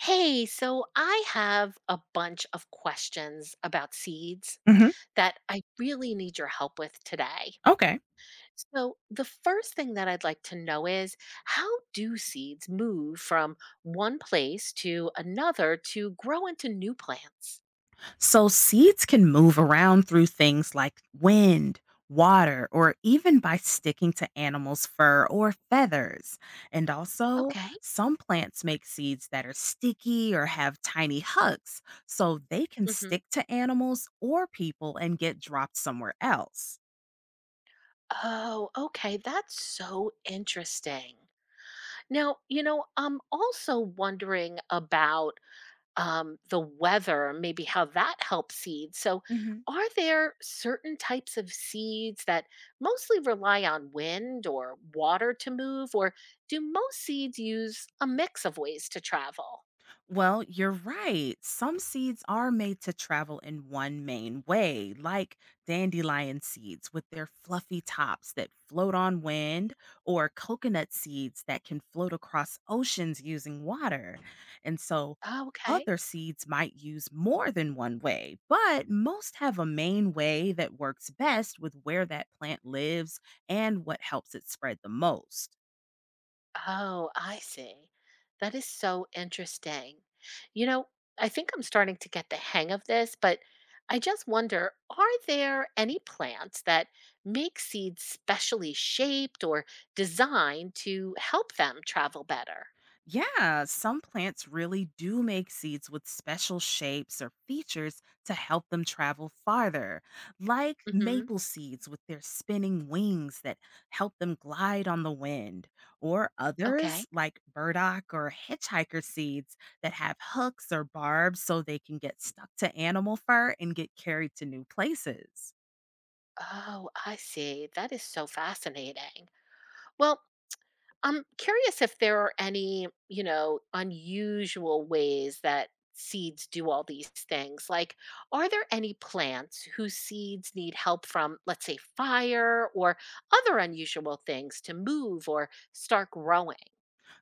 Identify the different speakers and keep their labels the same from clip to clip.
Speaker 1: Hey, so I have a bunch of questions about seeds
Speaker 2: hmm
Speaker 1: that I really need your help with today.
Speaker 2: Okay.
Speaker 1: So, the first thing that I'd like to know is how do seeds move from one place to another to grow into new plants?
Speaker 2: So seeds can move around through things like wind, water, or even by sticking to animals' fur or feathers. And also,
Speaker 1: Okay.
Speaker 2: some plants make seeds that are sticky or have tiny hooks, so they can
Speaker 1: Hmm.
Speaker 2: stick to animals or people and get dropped somewhere else.
Speaker 1: Oh, okay. That's so interesting. Now, I'm also wondering about the weather, maybe how that helps seeds. So, are there certain types of seeds that mostly rely on wind or water to move, or do most seeds use a mix of ways to travel?
Speaker 2: Well, you're right. Some seeds are made to travel in one main way, like dandelion seeds with their fluffy tops that float on wind, or coconut seeds that can float across oceans using water. And so
Speaker 1: Oh, okay.
Speaker 2: other seeds might use more than one way, but most have a main way that works best with where that plant lives and what helps it spread the most.
Speaker 1: Oh, I see. That is so interesting. You know, I think I'm starting to get the hang of this, but I just wonder are there any plants that make seeds specially shaped or designed to help them travel better?
Speaker 2: Yeah, some plants really do make seeds with special shapes or features to help them travel farther, like
Speaker 1: Mhm.
Speaker 2: maple seeds with their spinning wings that help them glide on the wind, or
Speaker 1: Okay.
Speaker 2: others like burdock or hitchhiker seeds that have hooks or barbs so they can get stuck to animal fur and get carried to new places.
Speaker 1: Oh, I see. That is so fascinating. Well, I'm curious if there are any, unusual ways that seeds do all these things. Like, are there any plants whose seeds need help from, let's say, fire or other unusual things to move or start growing?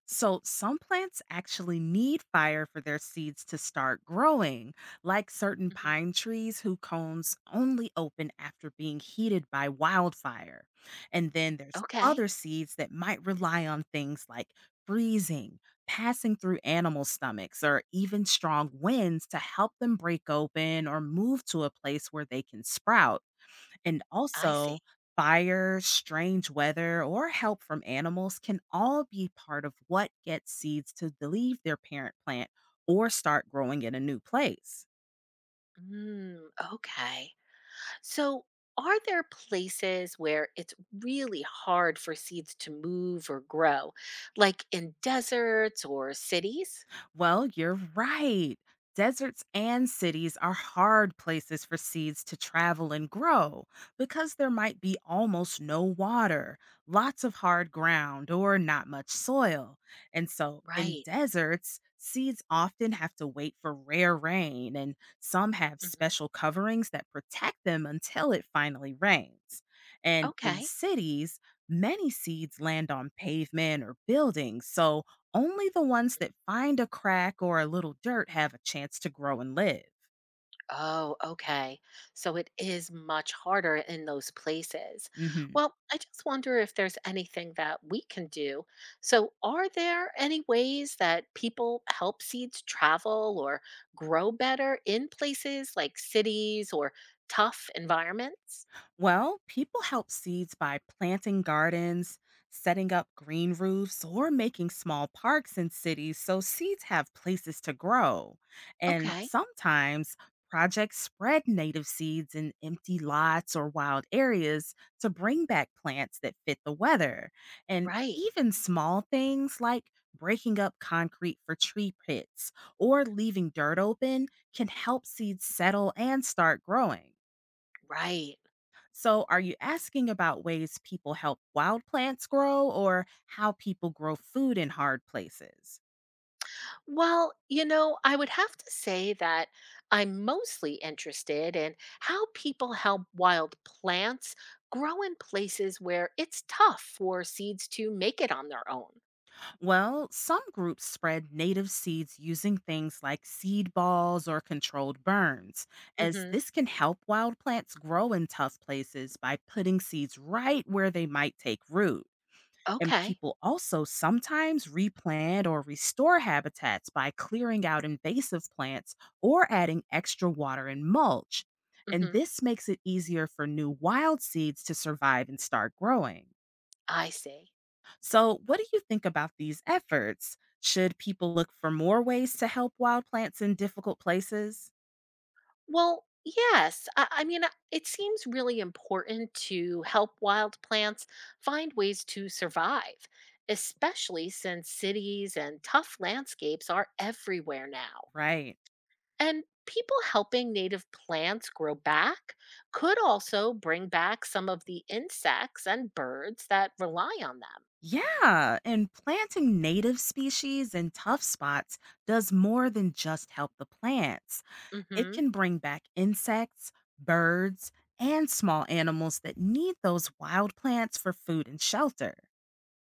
Speaker 2: So, some plants actually need fire for their seeds to start growing, like certain
Speaker 1: Mhm.
Speaker 2: pine trees whose cones only open after being heated by wildfire. And then there's
Speaker 1: Okay,
Speaker 2: other seeds that might rely on things like freezing, passing through animal stomachs, or even strong winds to help them break open or move to a place where they can sprout. And
Speaker 1: I see.
Speaker 2: also, fire, strange weather, or help from animals can all be part of what gets seeds to leave their parent plant or start growing in a new place.
Speaker 1: Mm, okay. So, are there places where it's really hard for seeds to move or grow, like in deserts or cities?
Speaker 2: Well, you're right. Deserts and cities are hard places for seeds to travel and grow because there might be almost no water, lots of hard ground, or not much soil. And so, in
Speaker 1: Right.
Speaker 2: deserts, seeds often have to wait for rare rain, and some have special coverings that protect them until it finally rains. And in
Speaker 1: Okay.
Speaker 2: cities, many seeds land on pavement or buildings, so only the ones that find a crack or a little dirt have a chance to grow and live.
Speaker 1: Oh, okay. So it is much harder in those places.
Speaker 2: Mhm.
Speaker 1: Well, I just wonder if there's anything that we can do. So, are there any ways that people help seeds travel or grow better in places like cities or tough environments?
Speaker 2: Well, people help seeds by planting gardens, setting up green roofs, or making small parks in cities so seeds have places to grow. And
Speaker 1: Okay.
Speaker 2: sometimes projects spread native seeds in empty lots or wild areas to bring back plants that fit the weather. And
Speaker 1: Right.
Speaker 2: even small things like breaking up concrete for tree pits or leaving dirt open can help seeds settle and start growing.
Speaker 1: Right.
Speaker 2: So, are you asking about ways people help wild plants grow or how people grow food in hard places?
Speaker 1: Well, I would have to say that I'm mostly interested in how people help wild plants grow in places where it's tough for seeds to make it on their own.
Speaker 2: Well, some groups spread native seeds using things like seed balls or controlled burns, as
Speaker 1: Mhm.
Speaker 2: this can help wild plants grow in tough places by putting seeds right where they might take root. And
Speaker 1: Okay.
Speaker 2: people also sometimes replant or restore habitats by clearing out invasive plants or adding extra water and mulch. And
Speaker 1: Mhm.
Speaker 2: this makes it easier for new wild seeds to survive and start growing.
Speaker 1: I see.
Speaker 2: So, what do you think about these efforts? Should people look for more ways to help wild plants in difficult places?
Speaker 1: Well, yes. I mean, it seems really important to help wild plants find ways to survive, especially since cities and tough landscapes are everywhere now.
Speaker 2: Right.
Speaker 1: And people helping native plants grow back could also bring back some of the insects and birds that rely on them.
Speaker 2: Yeah, and planting native species in tough spots does more than just help the plants. It
Speaker 1: Hmm.
Speaker 2: can bring back insects, birds, and small animals that need those wild plants for food and shelter.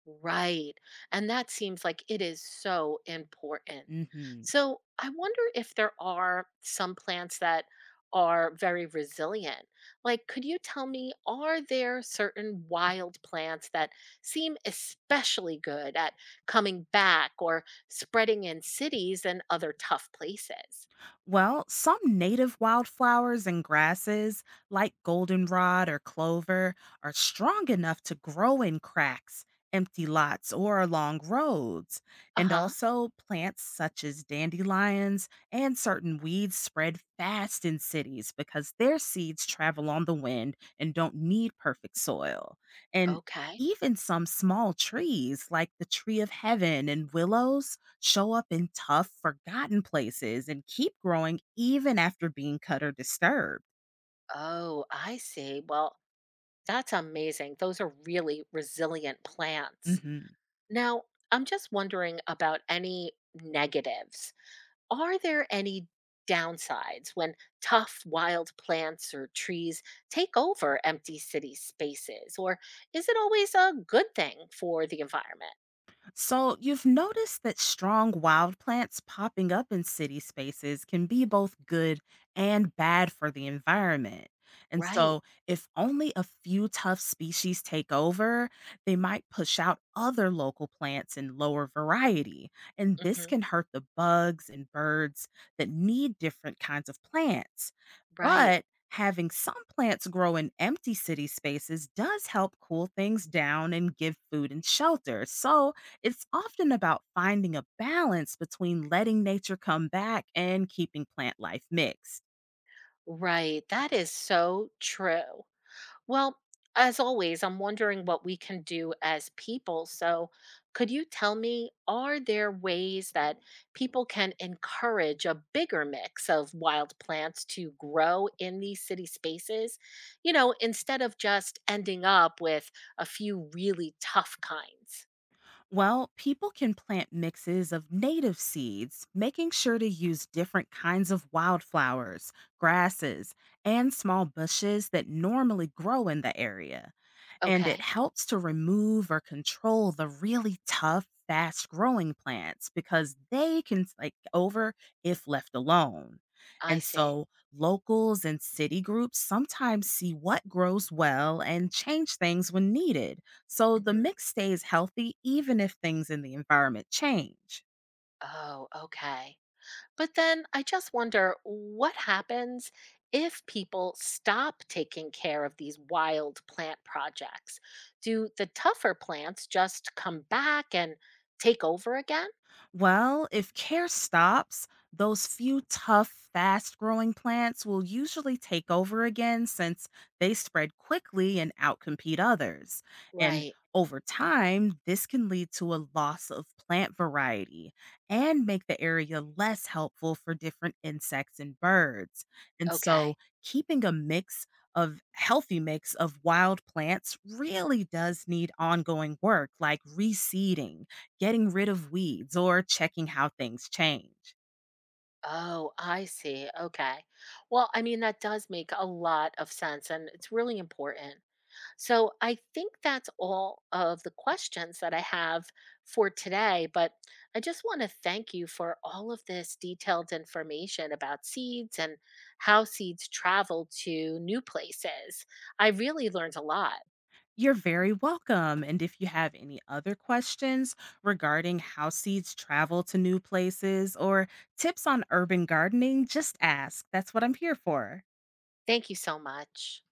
Speaker 1: Right. And that seems like it is so important.
Speaker 2: hmm
Speaker 1: So I wonder if there are some plants that are very resilient. Like, could you tell me, are there certain wild plants that seem especially good at coming back or spreading in cities and other tough places?
Speaker 2: Well, some native wildflowers and grasses, like goldenrod or clover, are strong enough to grow in cracks, empty lots, or along roads.
Speaker 1: Uh
Speaker 2: And
Speaker 1: huh.
Speaker 2: also, plants such as dandelions and certain weeds spread fast in cities because their seeds travel on the wind and don't need perfect soil. And
Speaker 1: Okay.
Speaker 2: even some small trees, like the tree of heaven and willows, show up in tough, forgotten places, and keep growing even after being cut or disturbed.
Speaker 1: Oh, I see. Well, that's amazing. Those are really resilient plants.
Speaker 2: Mhm.
Speaker 1: Now, I'm just wondering about any negatives. Are there any downsides when tough wild plants or trees take over empty city spaces? Or is it always a good thing for the environment?
Speaker 2: So, you've noticed that strong wild plants popping up in city spaces can be both good and bad for the environment. And
Speaker 1: Right.
Speaker 2: so, if only a few tough species take over, they might push out other local plants and lower variety. And this
Speaker 1: Hmm.
Speaker 2: can hurt the bugs and birds that need different kinds of plants.
Speaker 1: Right.
Speaker 2: But having some plants grow in empty city spaces does help cool things down and give food and shelter. So, it's often about finding a balance between letting nature come back and keeping plant life mixed.
Speaker 1: Right. That is so true. Well, as always, I'm wondering what we can do as people. So, could you tell me, are there ways that people can encourage a bigger mix of wild plants to grow in these city spaces? Instead of just ending up with a few really tough kinds.
Speaker 2: Well, people can plant mixes of native seeds, making sure to use different kinds of wildflowers, grasses, and small bushes that normally grow in the area. And it
Speaker 1: Okay,
Speaker 2: helps to remove or control the really tough fast growing plants because they can like over if left alone.
Speaker 1: I
Speaker 2: And
Speaker 1: see.
Speaker 2: so locals and city groups sometimes see what grows well and change things when needed so the
Speaker 1: Hmm.
Speaker 2: mix stays healthy even if things in the environment change.
Speaker 1: Oh, okay. But then I just wonder what happens if people stop taking care of these wild plant projects? Do the tougher plants just come back and take over again?
Speaker 2: Well, if care stops, those few tough, fast growing plants will usually take over again since they spread quickly and outcompete others. And
Speaker 1: Right.
Speaker 2: over time, this can lead to a loss of plant variety and make the area less helpful for different insects and birds. And
Speaker 1: Okay.
Speaker 2: so, keeping a mix of healthy mix of wild plants really does need ongoing work like reseeding, getting rid of weeds, or checking how things change.
Speaker 1: Oh, I see. Okay. Well, I mean, that does make a lot of sense and it's really important. So I think that's all of the questions that I have for today, but I just want to thank you for all of this detailed information about seeds and how seeds travel to new places. I really learned a lot.
Speaker 2: You're very welcome. And if you have any other questions regarding how seeds travel to new places or tips on urban gardening, just ask. That's what I'm here for.
Speaker 1: Thank you so much.